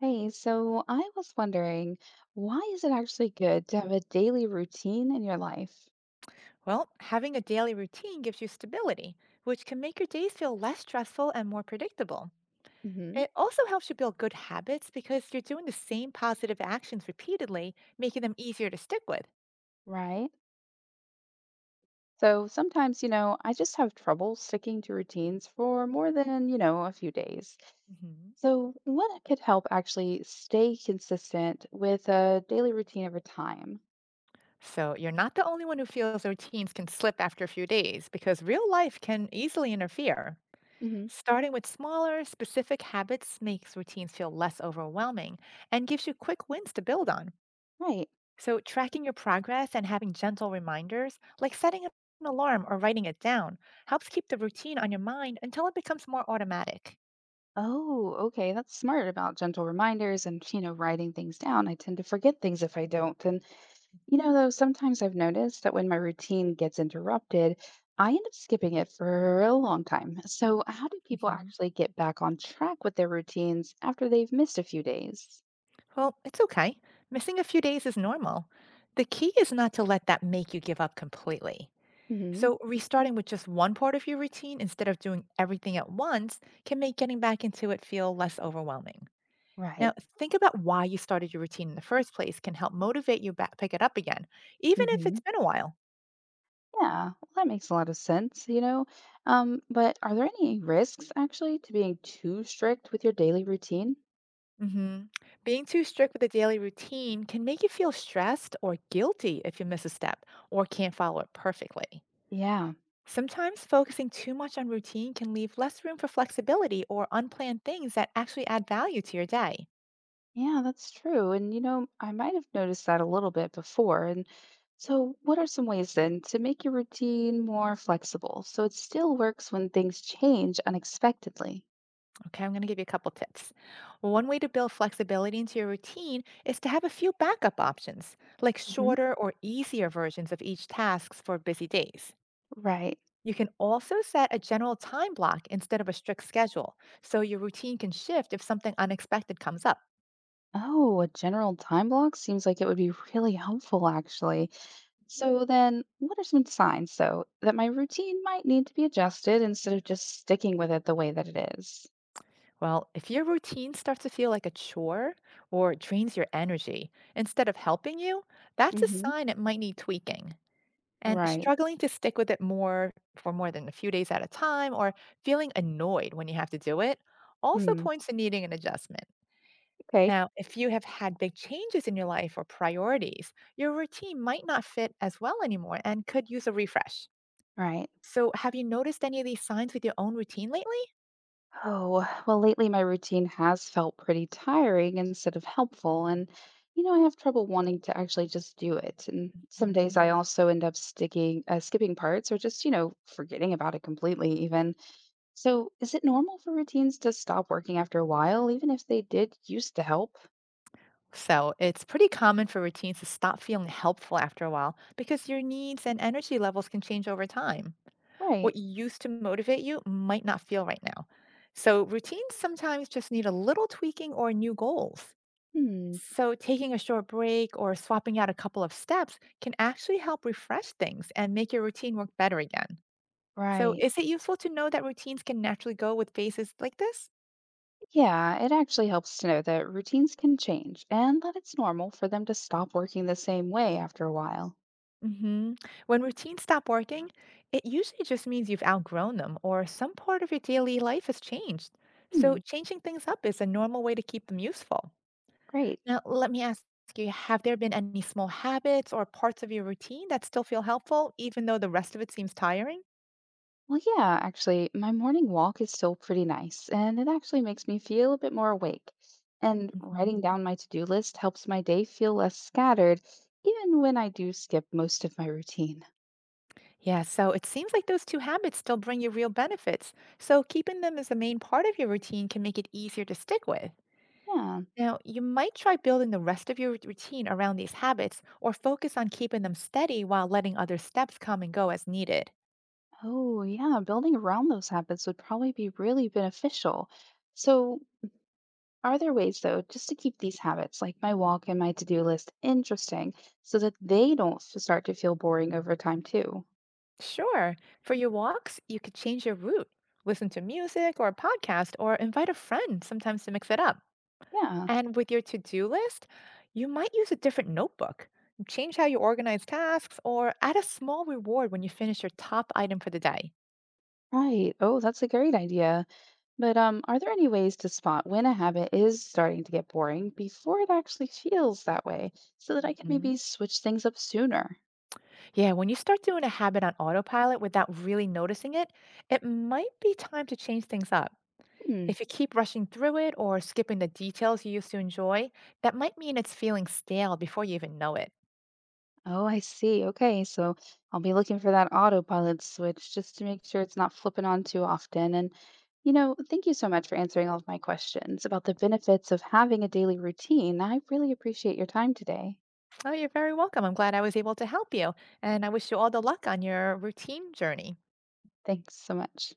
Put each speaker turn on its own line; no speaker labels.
Hey, so I was wondering, why is it actually good to have a daily routine in your life?
Well, having a daily routine gives you stability, which can make your days feel less stressful and more predictable.
Hmm,
It also helps you build good habits because you're doing the same positive actions repeatedly, making them easier to stick with.
right? So sometimes, I just have trouble sticking to routines for more than, a few days.
hmm
So what could help actually stay consistent with a daily routine over time?
So, you're not the only one who feels routines can slip after a few days because real life can easily interfere.
Hmm.
Starting with smaller, specific habits makes routines feel less overwhelming and gives you quick wins to build on.
Right.
So, tracking your progress and having gentle reminders, like setting up an alarm or writing it down, helps keep the routine on your mind until it becomes more automatic.
Oh, okay. That's smart about gentle reminders and, writing things down. I tend to forget things if I don't. And you know, though, sometimes I've noticed that when my routine gets interrupted, I end up skipping it for a long time. So how do people
hmm
actually get back on track with their routines after they've missed a few days?
Well, it's okay. Missing a few days is normal. The key is not to let that make you give up completely.
Hmm.
So, restarting with just one part of your routine instead of doing everything at once can make getting back into it feel less overwhelming. Now,
Right.
think about why you started your routine in the first place can help motivate you back pick it up again, even if
Hmm.
it's been a while.
Yeah, well, that makes a lot of sense, But are there any risks actually to being too strict with your daily routine?
hmm Being too strict with a daily routine can make you feel stressed or guilty if you miss a step or can't follow it perfectly.
Yeah.
Sometimes focusing too much on routine can leave less room for flexibility or unplanned things that actually add value to your day.
Yeah, that's true. And you know, I might have noticed that a little bit before. And so, what are some ways then to make your routine more flexible so it still works when things change unexpectedly?
Okay, I'm going to give you a couple tips. One way to build flexibility into your routine is to have a few backup options, like
Hmm.
shorter or easier versions of each task for busy days.
Right.
You can also set a general time block instead of a strict schedule, so your routine can shift if something unexpected comes up.
Oh, a general time block seems like it would be really helpful, actually. So then what are some signs, though, that my routine might need to be adjusted instead of just sticking with it the way that it is?
Well, if your routine starts to feel like a chore or drains your energy instead of helping you, that's a
Hmm.
sign it might need tweaking. And
Right.
struggling to stick with it more for more than a few days at a time or feeling annoyed when you have to do it also
Hmm.
points to needing an adjustment.
Okay.
Now, if you have had big changes in your life or priorities, your routine might not fit as well anymore and could use a refresh.
Right.
So, have you noticed any of these signs with your own routine lately?
Oh, well, lately my routine has felt pretty tiring instead of helpful. And, I have trouble wanting to actually just do it. And some days
Mm.
I also end up skipping parts or just, forgetting about it completely, even. So is it normal for routines to stop working after a while, even if they did used to help?
So, it's pretty common for routines to stop feeling helpful after a while because your needs and energy levels can change over time.
Right.
What used to motivate you might not feel right now. So, routines sometimes just need a little tweaking or new goals.
Hmm.
So, taking a short break or swapping out a couple of steps can actually help refresh things and make your routine work better again. So,
Right.
is it useful to know that routines can naturally go with phases like this?
Yeah, it actually helps to know that routines can change and that it's normal for them to stop working the same way after a while.
hmm When routines stop working, it usually just means you've outgrown them or some part of your daily life has changed. So,
Hmm.
changing things up is a normal way to keep them useful.
Great.
Now, let me ask you have there been any small habits or parts of your routine that still feel helpful, even though the rest of it seems tiring?
Well, yeah, actually, my morning walk is still pretty nice, and it actually makes me feel a bit more awake. And writing down my to-do list helps my day feel less scattered, even when I do skip most of my routine.
Yeah, so it seems like those two habits still bring you real benefits. So keeping them as the main part of your routine can make it easier to stick with.
Yeah.
Now, you might try building the rest of your routine around these habits or focus on keeping them steady while letting other steps come and go as needed.
Oh, yeah, building around those habits would probably be really beneficial. So are there ways, though, just to keep these habits, like my walk and my to-do list, interesting so that they don't f- start to feel boring over time, too?
Sure, for your walks, you could change your route, listen to music or a podcast, or invite a friend sometimes to mix it up.
Yeah,
And with your to do list, you might use a different notebook, change how you organize tasks, or add a small reward when you finish your top item for the day.
right. Oh, that's a great idea. But are there any ways to spot when a habit is starting to get boring before it actually feels that way so that I can
hmm
maybe switch things up sooner?
Yeah, when you start doing a habit on autopilot without really noticing it, it might be time to change things up.
Hmm.
If you keep rushing through it or skipping the details you used to enjoy, that might mean it's feeling stale before you even know it.
Oh, I see. Okay. So I'll be looking for that autopilot switch just to make sure it's not flipping on too often. And, thank you so much for answering all of my questions about the benefits of having a daily routine. I really appreciate your time today.
Oh, you're very welcome. I'm glad I was able to help you. And I wish you all the luck on your routine journey.
Thanks so much.